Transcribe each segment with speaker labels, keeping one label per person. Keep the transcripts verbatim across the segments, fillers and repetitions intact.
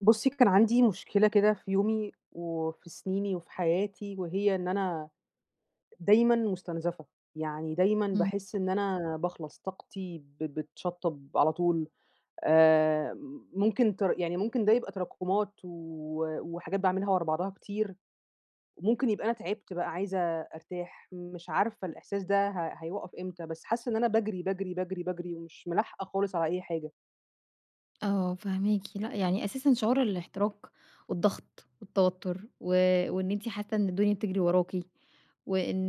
Speaker 1: بُصّي، كان عندي مشكلة كده في يومي وفي سنيني وفي حياتي، وهي إن أنا دايمًا مُستنزفة. يعني دايمًا
Speaker 2: إمم.
Speaker 1: باحس إن أنا باخلص، طاقتي ب بتشطّب على طول. آآ ممكن تر يعني ممكن ده يبقى تراكمات و وحاجات باعملها ورا بعضها كتير، وممكن يبقى أنا تعبت بقى عايزة أرتاح. مش عارفة الإحساس ده ه هيوقّف إمتى، بس حاسة إن أنا باجري، باجري، باجري، باجري ومش ملاحقة خالص على أي حاجة.
Speaker 2: آه، فاهماكِ، لأ يعني أساسًا شعور الاحتراق والضغط والتوتر و وإن أنتِ حاسة إن الدنيا بتجري وراكِ، وإن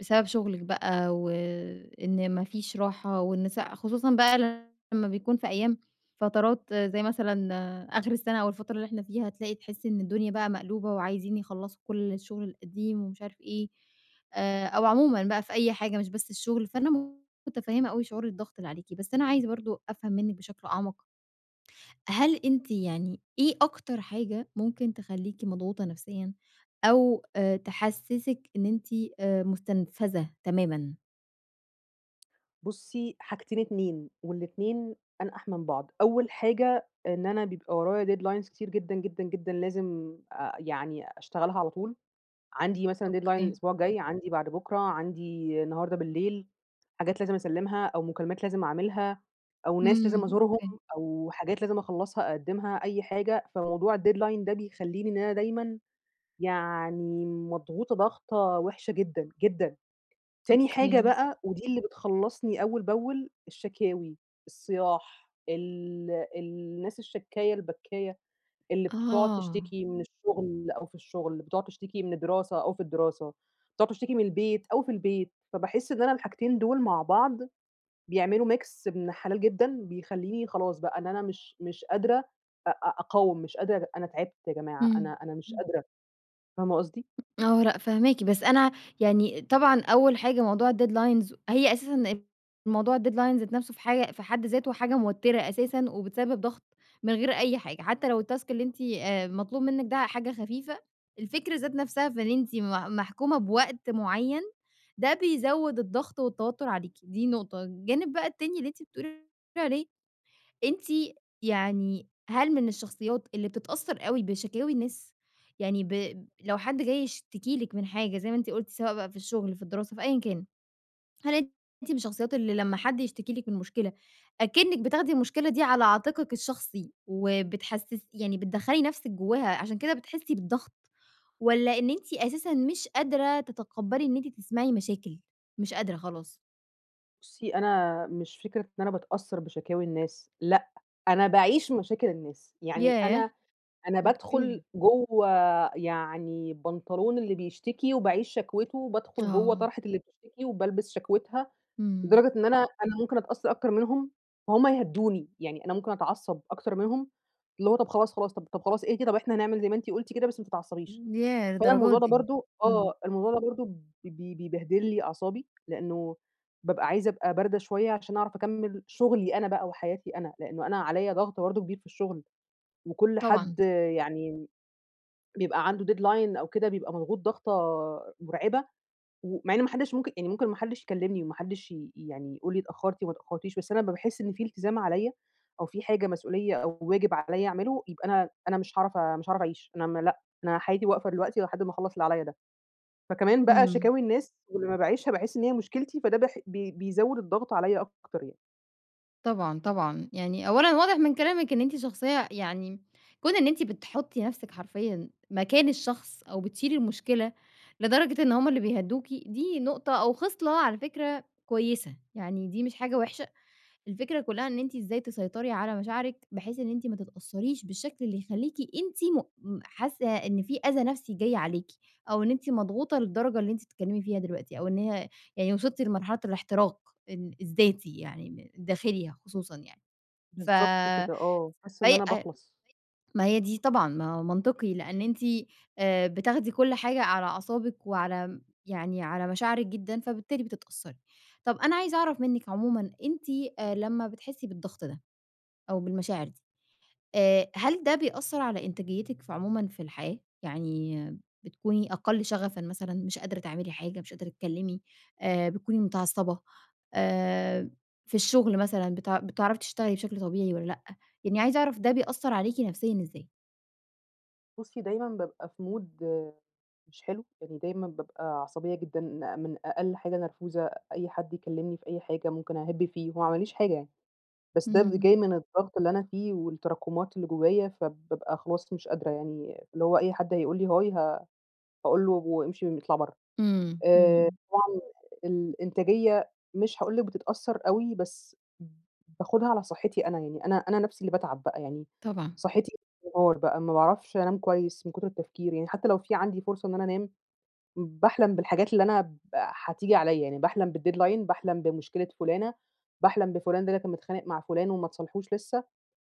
Speaker 2: بسبب شغلِك بقى وإن ما فيش راحة وإن س خصوصًا بقى لمّا بيكون في أيام فترات زي مثلًا آخر السنة أو الفترة اللي إحنا فيها، تلاقي تحسي إن الدنيا بقى مقلوبة وعايزين يخلّصوا كل الشغل القديم ومش عارف إيه، آآ، أو عمومًا بقى في أي حاجة مش بس الشغل، فأنا متفهمة أوي شعور الضغط اللي عليكِ، بس أنا عايزة برضه أفهم منِّك بشكل أعمق. هل أنتِ يعني إيه أكتر حاجة ممكن تخلّيكِ مضغوطة نفسيًا أو آآ تحسّسِك إن أنتِ آآ مُستنفذة تمامًا؟
Speaker 1: بُصّي، حاجتين اتنين والاتنين أنقح من بعض. أول حاجة إن أنا بيبقى ورايا deadlines كتير جدًا، جدًا، جدًا لازم آآ يعني أشتغلها على طول. عندي مثلًا deadline
Speaker 2: أوكي.
Speaker 1: الأسبوع الجاي، عندي بعد بُكرة، عندي النهارده بالليل، حاجات لازم أسلِّمها أو مكالمات لازم أعملها أو ناس لازم
Speaker 2: إمم،
Speaker 1: أزورهم
Speaker 2: أوكي،
Speaker 1: أو حاجات لازم أخلّصها أقدّمها، أي حاجة. فموضوع الdeadline ده بيخلّيني إن أنا دايمًا يعني مضغوطة ضغطة وِحشة جدًا، جدًا. تاني حاجة
Speaker 2: أوكي.
Speaker 1: بقى ودي اللي بتخلّصني أول بأول: الشكاوي، الصياح، ال الناس الشكّاية البكّاية، اللي بتقعد
Speaker 2: آه.
Speaker 1: تشتكي من الشغل أو في الشغل، اللي بتقعد تشتكي من الدراسة أو في الدراسة، بتقعد تشتكي من البيت أو في البيت. فباحس إن أنا الحاجتين دول مع بعض بيعملوا mix ابن حلال جدًا، بيخلّيني خلاص بقى إن أنا مش مش قادرة أ أ أقاوم، مش قادرة، أنا تعبت يا جماعة،
Speaker 2: إمم.
Speaker 1: أنا أنا مش قادرة. فاهمة قصدي؟
Speaker 2: آه، لأ فاهماكِ، بس أنا يعني طبعًا أول حاجة موضوع الdeadlines هي أساسًا موضوع الdeadlines ذات نَفْسه في حاجة في حد ذاته حاجة موتِّرة أساسًا وبتسبب ضغط من غير أي حاجة، حتى لو الtask اللي أنتِ آآ مطلوب منِّك ده حاجة خفيفة، الفكرة ذات نَفْسها في إن أنتِ م محكومة بوقت معيّن، ده بيزوِّد الضغط والتوتُّر عليكِ، دي نقطة. الجانب بقى التاني اللي أنتِ بتقولي عليه أنتِ يعني هل من الشخصيات اللي بتتأثّر أوي بشكاوي الناس؟ يعني ب لو حد جاي يشتكي لِك من حاجة زي ما أنتِ قُلتِ سواء بقى في الشغل، في الدراسة، في أيًا كان، هل أنتِ من الشخصيات اللي لمّا حد يشتكي لِك من مشكلة أكنِّك بتاخدي المشكلة دي على عاتقِك الشخصي وبتحسّس يعني بتدخّلي نَفْسِك جواها عشان كده بتحسّي بالضغط، والّا إن أنتِ أساسًا مش قادرة تتقبّلي إن أنتِ تسمعي مشاكل، مش قادرة خلاص؟
Speaker 1: بُصّي، أنا مش فكرة إن أنا باتأثّر بشكاوي الناس، لأ، أنا باعيش مشاكل الناس. يعني
Speaker 2: ياه!
Speaker 1: أنا أنا
Speaker 2: أوكي.
Speaker 1: بادخل جوّه يعني بنطلون اللي بيشتكي وباعيش شكوته، وبادخل جوّه
Speaker 2: آه.
Speaker 1: طرحة اللي بتشتكي وبالبس شكوتها،
Speaker 2: إمم.
Speaker 1: لدرجة إن أنا أنا ممكن أتأثّر أكتر منهم، فهُم يهدّوني، يعني أنا ممكن أتعصّب أكتر منهم، اللي هو طَب خلاص، خلاص، طَب طَب خلاص اهدي، طَب إحنا هنعمل زي ما أنتِ قُلتِ كده بس ما تتعصّبيش.
Speaker 2: ياه!
Speaker 1: فأنا
Speaker 2: للدرجة
Speaker 1: الموضوع ده
Speaker 2: دي!
Speaker 1: برضه
Speaker 2: إمم،
Speaker 1: آه، الموضوع ده برضه ب بي بيبهدل لي أعصابي، لإنه بابقى عايزة أبقى باردة شوية عشان أعرف أكمّل شغلي أنا بقى وحياتي أنا، لإنه أنا عليّا ضغط برضه كبير في الشغل، وكل
Speaker 2: طبعًا.
Speaker 1: حد يعني بيبقى عنده deadline أو كده بيبقى مضغوط ضغطة مرعبة. ومع إن ما حدش ممكن يعني ممكن ما حدش يكلمني وما حدش ي يعني يقول لي اتأخرتِ وما اتأخرتيش، بس أنا أمّا باحس إن في التزام عليّا أو في حاجة مسؤولية أو واجب عليّا أعمله، يبقى أنا أنا مش هاعرف مش هاعرف أعيش. أنا م لأ، أنا حياتي واقفة دلوقتي لحد ما أخلّص اللي عليّا ده. فكمان بقى
Speaker 2: إمم،
Speaker 1: شكاوي الناس ولمّا باعيشها باحس إن هي مشكلتي، فده بح بي بيزوّد الضغط عليّا أكتر يعني.
Speaker 2: طبعًا، طبعًا. يعني أولًا واضح من كلامِك إن أنتِ شخصية يعني كون إن أنتِ بتحطّي نَفْسِك حرفيًا مكان الشخص أو بتشيلي المشكلة لدرجة إن هم اللي بيهدّوكِ، دي نقطة أو خِصلة على فكرة كويسة، يعني دي مش حاجة وحشة. الفكرة كلّها إن أنتِ إزاي تسيطري على مشاعرِك، بحيث إن أنتِ ما تتأثّريش بالشكل اللي يخلّيكِ أنتِ م م حاسة إن في أذى نفسي جاي عليكِ، أو إن أنتِ مضغوطة للدرجة اللي أنتِ بتتكلمي فيها دلوقتي، أو إن هي يعني وصلتِ لمرحلة الاحتراق ال الذاتي يعني م الداخلي خصوصًا يعني. ف
Speaker 1: بالضبط كده، آه. حاسة إن
Speaker 2: فهي
Speaker 1: أنا باخلص.
Speaker 2: ما هي دي طبعًا ما هو منطقي، لإن أنتِ آآ بتاخدي كل حاجة على أعصابِك وعلى يعني على مشاعرِك جدًا، فبالتالي بتتأثّري. طَب أنا عايزة أعرف منِّك عمومًا أنتِ آآ لمّا بتحسّي بالضغط ده أو بالمشاعر دي. آآ هل ده بيأثّر على إنتاجيتِك في عمومًا في الحياة؟ يعني بتكوني أقل شغفًا مثلًا، مش قادرة تعملي حاجة، مش قادرة تتكلّمي، آآ بتكوني متعصّبة، آآ في الشغل مثلًا بتع بتعرفي تشتغلي بشكل طبيعي والّا لأ؟ يعني عايزة أعرف ده بيأثّر عليكِ نفسيًا إزاي؟
Speaker 1: بُصّي، دايمًا بابقى في mood مش حلو، يعني دايمًا بابقى عصبية جدًا، من أقل حاجة نرفوزة، أي حد يكلمني في أي حاجة ممكن أهِب فيه، هو ما عمليش حاجة يعني. بس ده ب جاي
Speaker 2: إمم.
Speaker 1: من الضغط اللي أنا فيه والتراكمات اللي جوايا، فبابقى خلاص مش قادرة يعني. اللي هو أي حد هيقول لي هاي ه هاقول له وامشي اطلع برّه.
Speaker 2: إمم،
Speaker 1: آآ
Speaker 2: إمم،
Speaker 1: طبعًا الإنتاجية مش هاقول لِك بتتأثّر أوي، بس باخدها على صحّتي أنا، يعني أنا أنا نَفْسي اللي باتعب بقى. يعني
Speaker 2: طبعًا.
Speaker 1: صحّتي نار بقى، ما باعرفش أنام كويس من كُتر التفكير. يعني حتّى لو في عندي فرصة إن أنا أنام، باحلم بالحاجات اللي أنا ب هتيجي عليّا، يعني باحلم بالdeadline، باحلم بمشكلة فُلانة، باحلم بفُلان ده اللي كان متخانق مع فُلان وما اتصالحوش لسّه،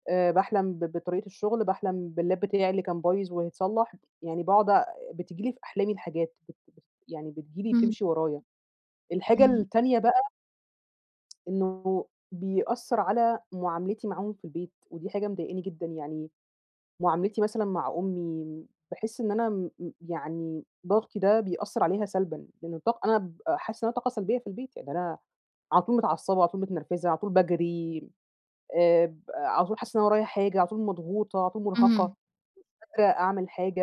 Speaker 1: آآ باحلم ب بطريقة الشُغل، باحلم بالlap بتاعي اللي كان بايظ وهيتصلّح. يعني باقعد أ بتيجي لي في أحلامي الحاجات، بت بت يعني بتيجي لي
Speaker 2: إمم،
Speaker 1: بتمشي ورايا. الحاجة
Speaker 2: إمم،
Speaker 1: التانية بقى إنه بيأثّر على معاملتي معاهم في البيت، ودي حاجة مضايقاني جدًا. يعني معاملتي مثلًا مع أمي، باحس إن أنا م م يعني ضغطي ده بيأثّر عليها سلبًا، لإن الطاق أنا بابقى حاسة إن أنا طاقة سلبية في البيت. يعني أنا على طول متعصبة، على طول متنرفزة، على طول باجري، آآ، ب على طول حاسة إن أنا ورايا حاجة، على طول مضغوطة، على طول مرهقة،
Speaker 2: اهم.
Speaker 1: مش قادرة أعمل حاجة.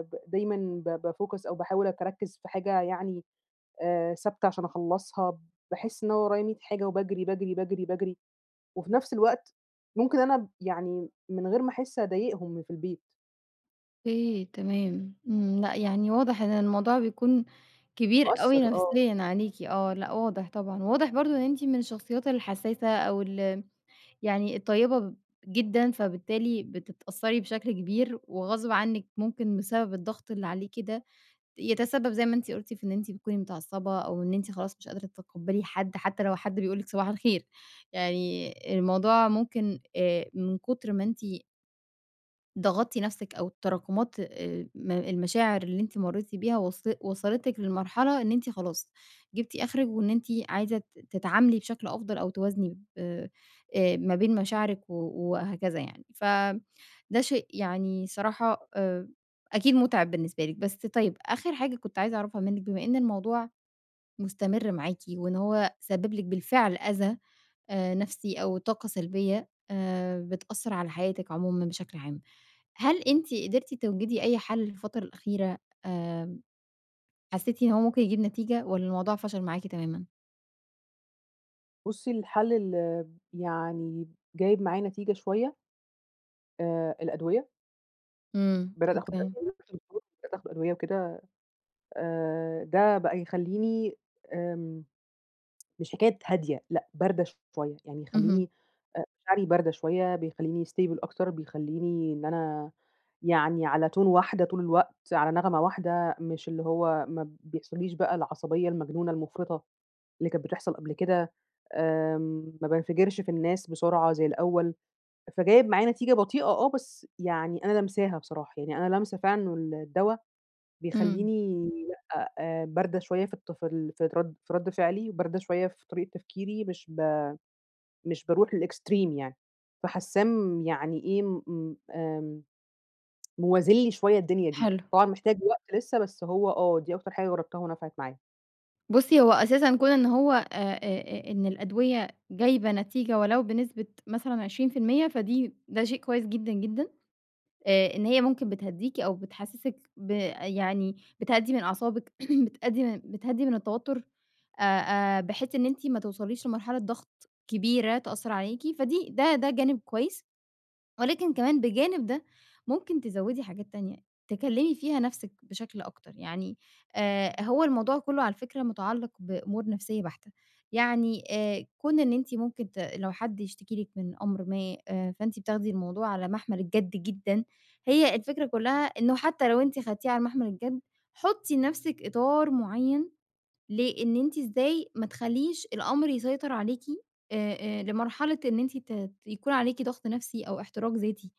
Speaker 1: ب دايمًا ب بافوكس أو باحاول أركّز في حاجة يعني آآ ثابتة عشان أخلّصها. باحس إن أنا ورايا مية حاجة وباجري، باجري، باجري، باجري، وفي نفس الوقت ممكن أنا ب يعني من غير ما أحس أضايقهم في البيت.
Speaker 2: أوكي، تمام، إمم، لأ يعني واضح إن الموضوع بيكون كبير أوي
Speaker 1: مؤثّر، آه.
Speaker 2: نفسيًا عليكِ، آه، لأ واضح طبعًا، واضح برضه إن أنتِ من الشخصيات الحساسة أو ال يعني الطيبة جدًا، فبالتالي بتتأثّري بشكل كبير وغصب عنِّك ممكن بسبب الضغط اللي عليكِ ده، يتسبب زي ما أنتِ قُلتِ في إن أنتِ بتكوني متعصبة أو إن أنتِ خلاص مش قادرة تتقبّلي حد، حتى لو حد بيقول لِك صباح الخير، يعني الموضوع ممكن آآ من كتر ما أنتِ ضغطتِ نفسِك أو التراكمات آآ م المشاعر اللي أنتِ مرّيتِ بيها وص وصلتِك للمرحلة إن أنتِ خلاص جبتِ آخرِك وإن أنتِ عايزة ت تتعاملي بشكل أفضل أو توازني ب آآ ما بين مشاعرِك و وهكذا يعني. فده شيء يعني صراحة آآ أكيد مُتعِب بالنسبة لِك. بس طيب آخر حاجة كنت عايزة أعرفها منِّك بما إن الموضوع مستمر معاكِ وإن هو سبِّب لِك بالفعل أذى آآ نفسي أو طاقة سلبية آآ بتأثّر على حياتِك عمومًا بشكل عام. هل أنتِ قدرتِ توجدي أي حل الفترة الأخيرة آآ، حسيتِ إن هو ممكن يجيب نتيجة والّا الموضوع فشل معاكِ تمامًا؟
Speaker 1: بُصّي، الحل اللي يعني جايب معايا نتيجة شوية آآ الأدوية.
Speaker 2: إمم،
Speaker 1: بدأت آخُد
Speaker 2: أوكي،
Speaker 1: أدوية، رُحت للدكتور، بدأت آخُد أدوية وكده. آآ ده بقى يخلّيني آمم مش حكاية هادية، لأ، باردة شوية. يعني
Speaker 2: اهم،
Speaker 1: يخلّيني آآ مشاعري باردة شوية، بيخلّيني stable أكتر، بيخلّيني إن أنا يعني على tone واحدة طول الوقت، على نغمة واحدة، مش اللي هو ما بيحصليش بقى العصبية المجنونة المفرطة اللي كانت بتحصل قبل كده. آمم ما بانفجرش في الناس بسرعة زي الأول. فجايب معايا نتيجة بطيئة، آه، بس يعني أنا لامساها بصراحة. يعني أنا لامسة فعلًا إنه الدوا
Speaker 2: إمم،
Speaker 1: بيخلّيني لأ، آآ باردة شوية في الت في ال في رد في رد فعلي، وباردة شوية في طريقة تفكيري، مش ب مش باروح للextreme يعني. فحاسّاه يعني إيه، م آمم، موازن لي شوية الدنيا دي.
Speaker 2: حلو.
Speaker 1: طبعًا محتاج وقت لسه، بس هو آه، دي أكتر حاجة جرّبتها ونفعت معايا.
Speaker 2: بُصّي، هو أساسًا كون إن هو آآ، آآ، إن الأدوية جايبة نتيجة ولو بنسبة مثلًا عشرين في المية فدي ده شيء كويس جدًا، جدًا. آآ إن هي ممكن بتهدّيكِ أو بتحسّسِك ب يعني بتهدّي من أعصابِك، بتأدّي من بتهدّي من التوتُّر، آآ آآ بحيث إن أنتِ ما توصليش لمرحلة ضغط كبيرة تأثّر عليكِ، فدي ده ده جانب كويس. ولكن كمان بجانب ده، ممكن تزوّدي حاجات تانية، تكلّمي فيها نَفْسِك بشكل أكتر، يعني آآ هو الموضوع كُلّه على فكرة مُتعلّق بأمور نَفْسية بحتة، يعني آآ كون إن أنتِ ممكن ت لو حد يشتكي لِك من أمر ما آآ فأنتِ بتاخدي الموضوع على مَحمَل الجَد جدًا، هي الفكرة كُلّها إنه حتى لو أنتِ خدتيه على مَحمَل الجَد، حُطّي لنَفْسِك إطار معيّن ليه، إن أنتِ إزاي ما تخلّيش الأمر يسيطر عليكِ آآ آآ لمرحلة إن أنتِ ت ت يكون عليكِ ضغط نَفْسي أو احتراق ذاتي.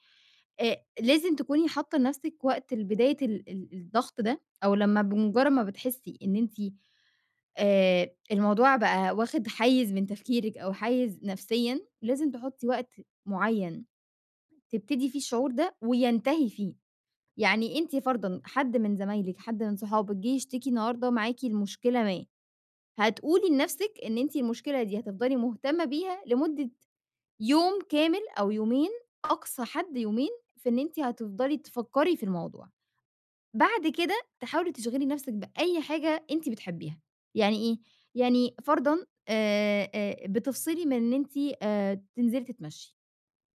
Speaker 2: آآ لازم تكوني حاطّة لنَفْسِك وقت لبداية ال ال الضغط ده أو لمّا بمُجرّد ما بتحسّي إن أنتِ آآ الموضوع بقى واخِد حيّز من تفكيرِك أو حيّز نفسيًا، لازم تحُطّي وقت معيّن تبتدي فيه الشعور ده وينتهي فيه. يعني أنتِ فرضًا حد من زمايلِك، حد من صحابِك جِه يشتكي النهارده معاكِ لمشكلة ما، هتقولي لنفسِك إن أنتِ المشكلة دي هتفضلي مهتمة بيها لمدة يوم كامل أو يومين، أقصى حد يومين، في إن أنتِ هتفضلي تفكّري في الموضوع. بعد كده تحاولي تشغلي نفسِك بأي حاجة أنتِ بتحبيها. يعني إيه؟ يعني فرضًا آآ آآ بتفصلي من إن أنتِ آآ تنزلي تتمشّي،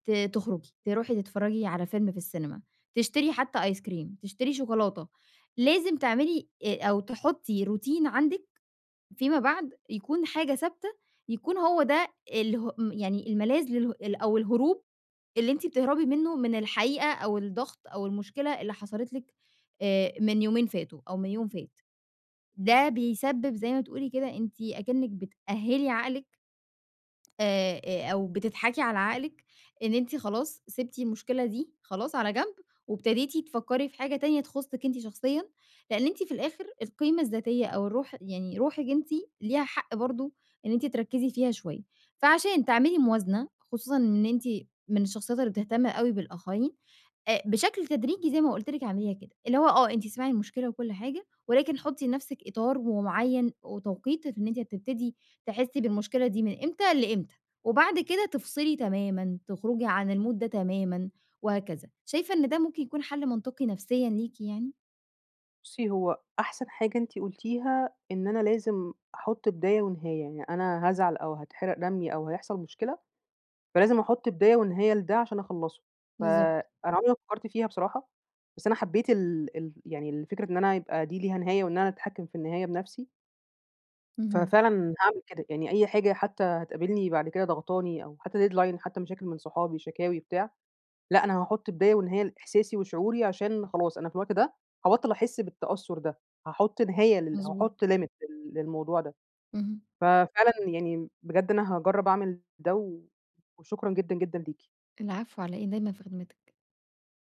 Speaker 2: ت تخرجي، تروحي تتفرّجي على فيلم في السينما، تشتري حتّى آيس كريم، تشتري شوكولاتة. لازم تعملي آآ أو تحُطّي روتين عندِك فيما بعد يكون حاجة ثابتة، يكون هو ده اله م يعني الملاذ لله ال أو الهروب اللي أنتِ بتهربي منّه من الحقيقة أو الضغط أو المشكلة اللي حصلت لِك آآ من يومين فاتوا أو من يوم فات. ده بيسبب زي ما تقولي كده أنتِ أكنِّك بتأهِّلي عقلِك آآ آآ أو بتضحكي على عقلِك إن أنتِ خلاص سِبتِ المشكلة دي خلاص على جنب، وابتديتِ تفكّري في حاجة تانية تخُصِّك أنتِ شخصيًا، لإن أنتِ في الآخر القيمة الذاتية أو الروح يعني روحِك أنتِ ليها حق برضه إن أنتِ تركّزي فيها شوية. فعشان تعملي موازنة، خصوصًا إن أنتِ من الشخصيات اللي بتهتم أوي بالآخرين، آآ بشكل تدريجي زي ما قُلت لِك اعمليها كده، اللي هو آه، أنتِ اسمعي المشكلة وكل حاجة، ولكن حُطّي لنَفْسِك إطار ومعيّن وتوقيت في إن أنتِ هتبتدي تحسّي بالمشكلة دي من إمتى لإمتى، وبعد كده تفصلي تمامًا، تخرجي عن الmood ده تمامًا وهكذا. شايفة إن ده ممكن يكون حل منطقي نفسيًا ليكِ يعني؟
Speaker 1: بُصّي، هو أحسن حاجة أنتِ قُلتيها إن أنا لازم أحُط بداية ونهاية. يعني أنا هازعل أو هاتحرق دمي أو هيحصل مشكلة، فلازم أحُط بداية ونهاية لده عشان أخلّصه.
Speaker 2: بالضبط،
Speaker 1: فأنا عمري ما فكّرت فيها بصراحة، بس أنا حبّيت ال ال يعني الفكرة إن أنا يبقى دي ليها نهاية وإن أنا أتحكّم في النهاية بنَفْسي.
Speaker 2: اهم،
Speaker 1: ففعلًا هاعمل كده. يعني أي حاجة حتى هتقابلني بعد كده ضاغطاني أو حتى deadline، حتى مشاكل من صحابي، شكاوي، بتاع، لأ، أنا هاحُط بداية ونهاية لإحساسي وشعوري عشان خلاص أنا في الوقت ده هابطّل أحِس بالتأثُّر ده. هاحُط نهاية لل
Speaker 2: مضبوط،
Speaker 1: هاحُط limit لل للموضوع ده.
Speaker 2: اهم.
Speaker 1: ففعلًا يعني بجد أنا هاجرّب أعمل ده و وشكرًا جدًا، جدًا ليكِ.
Speaker 2: العفو على إيه، دايمًا في خدمتِك.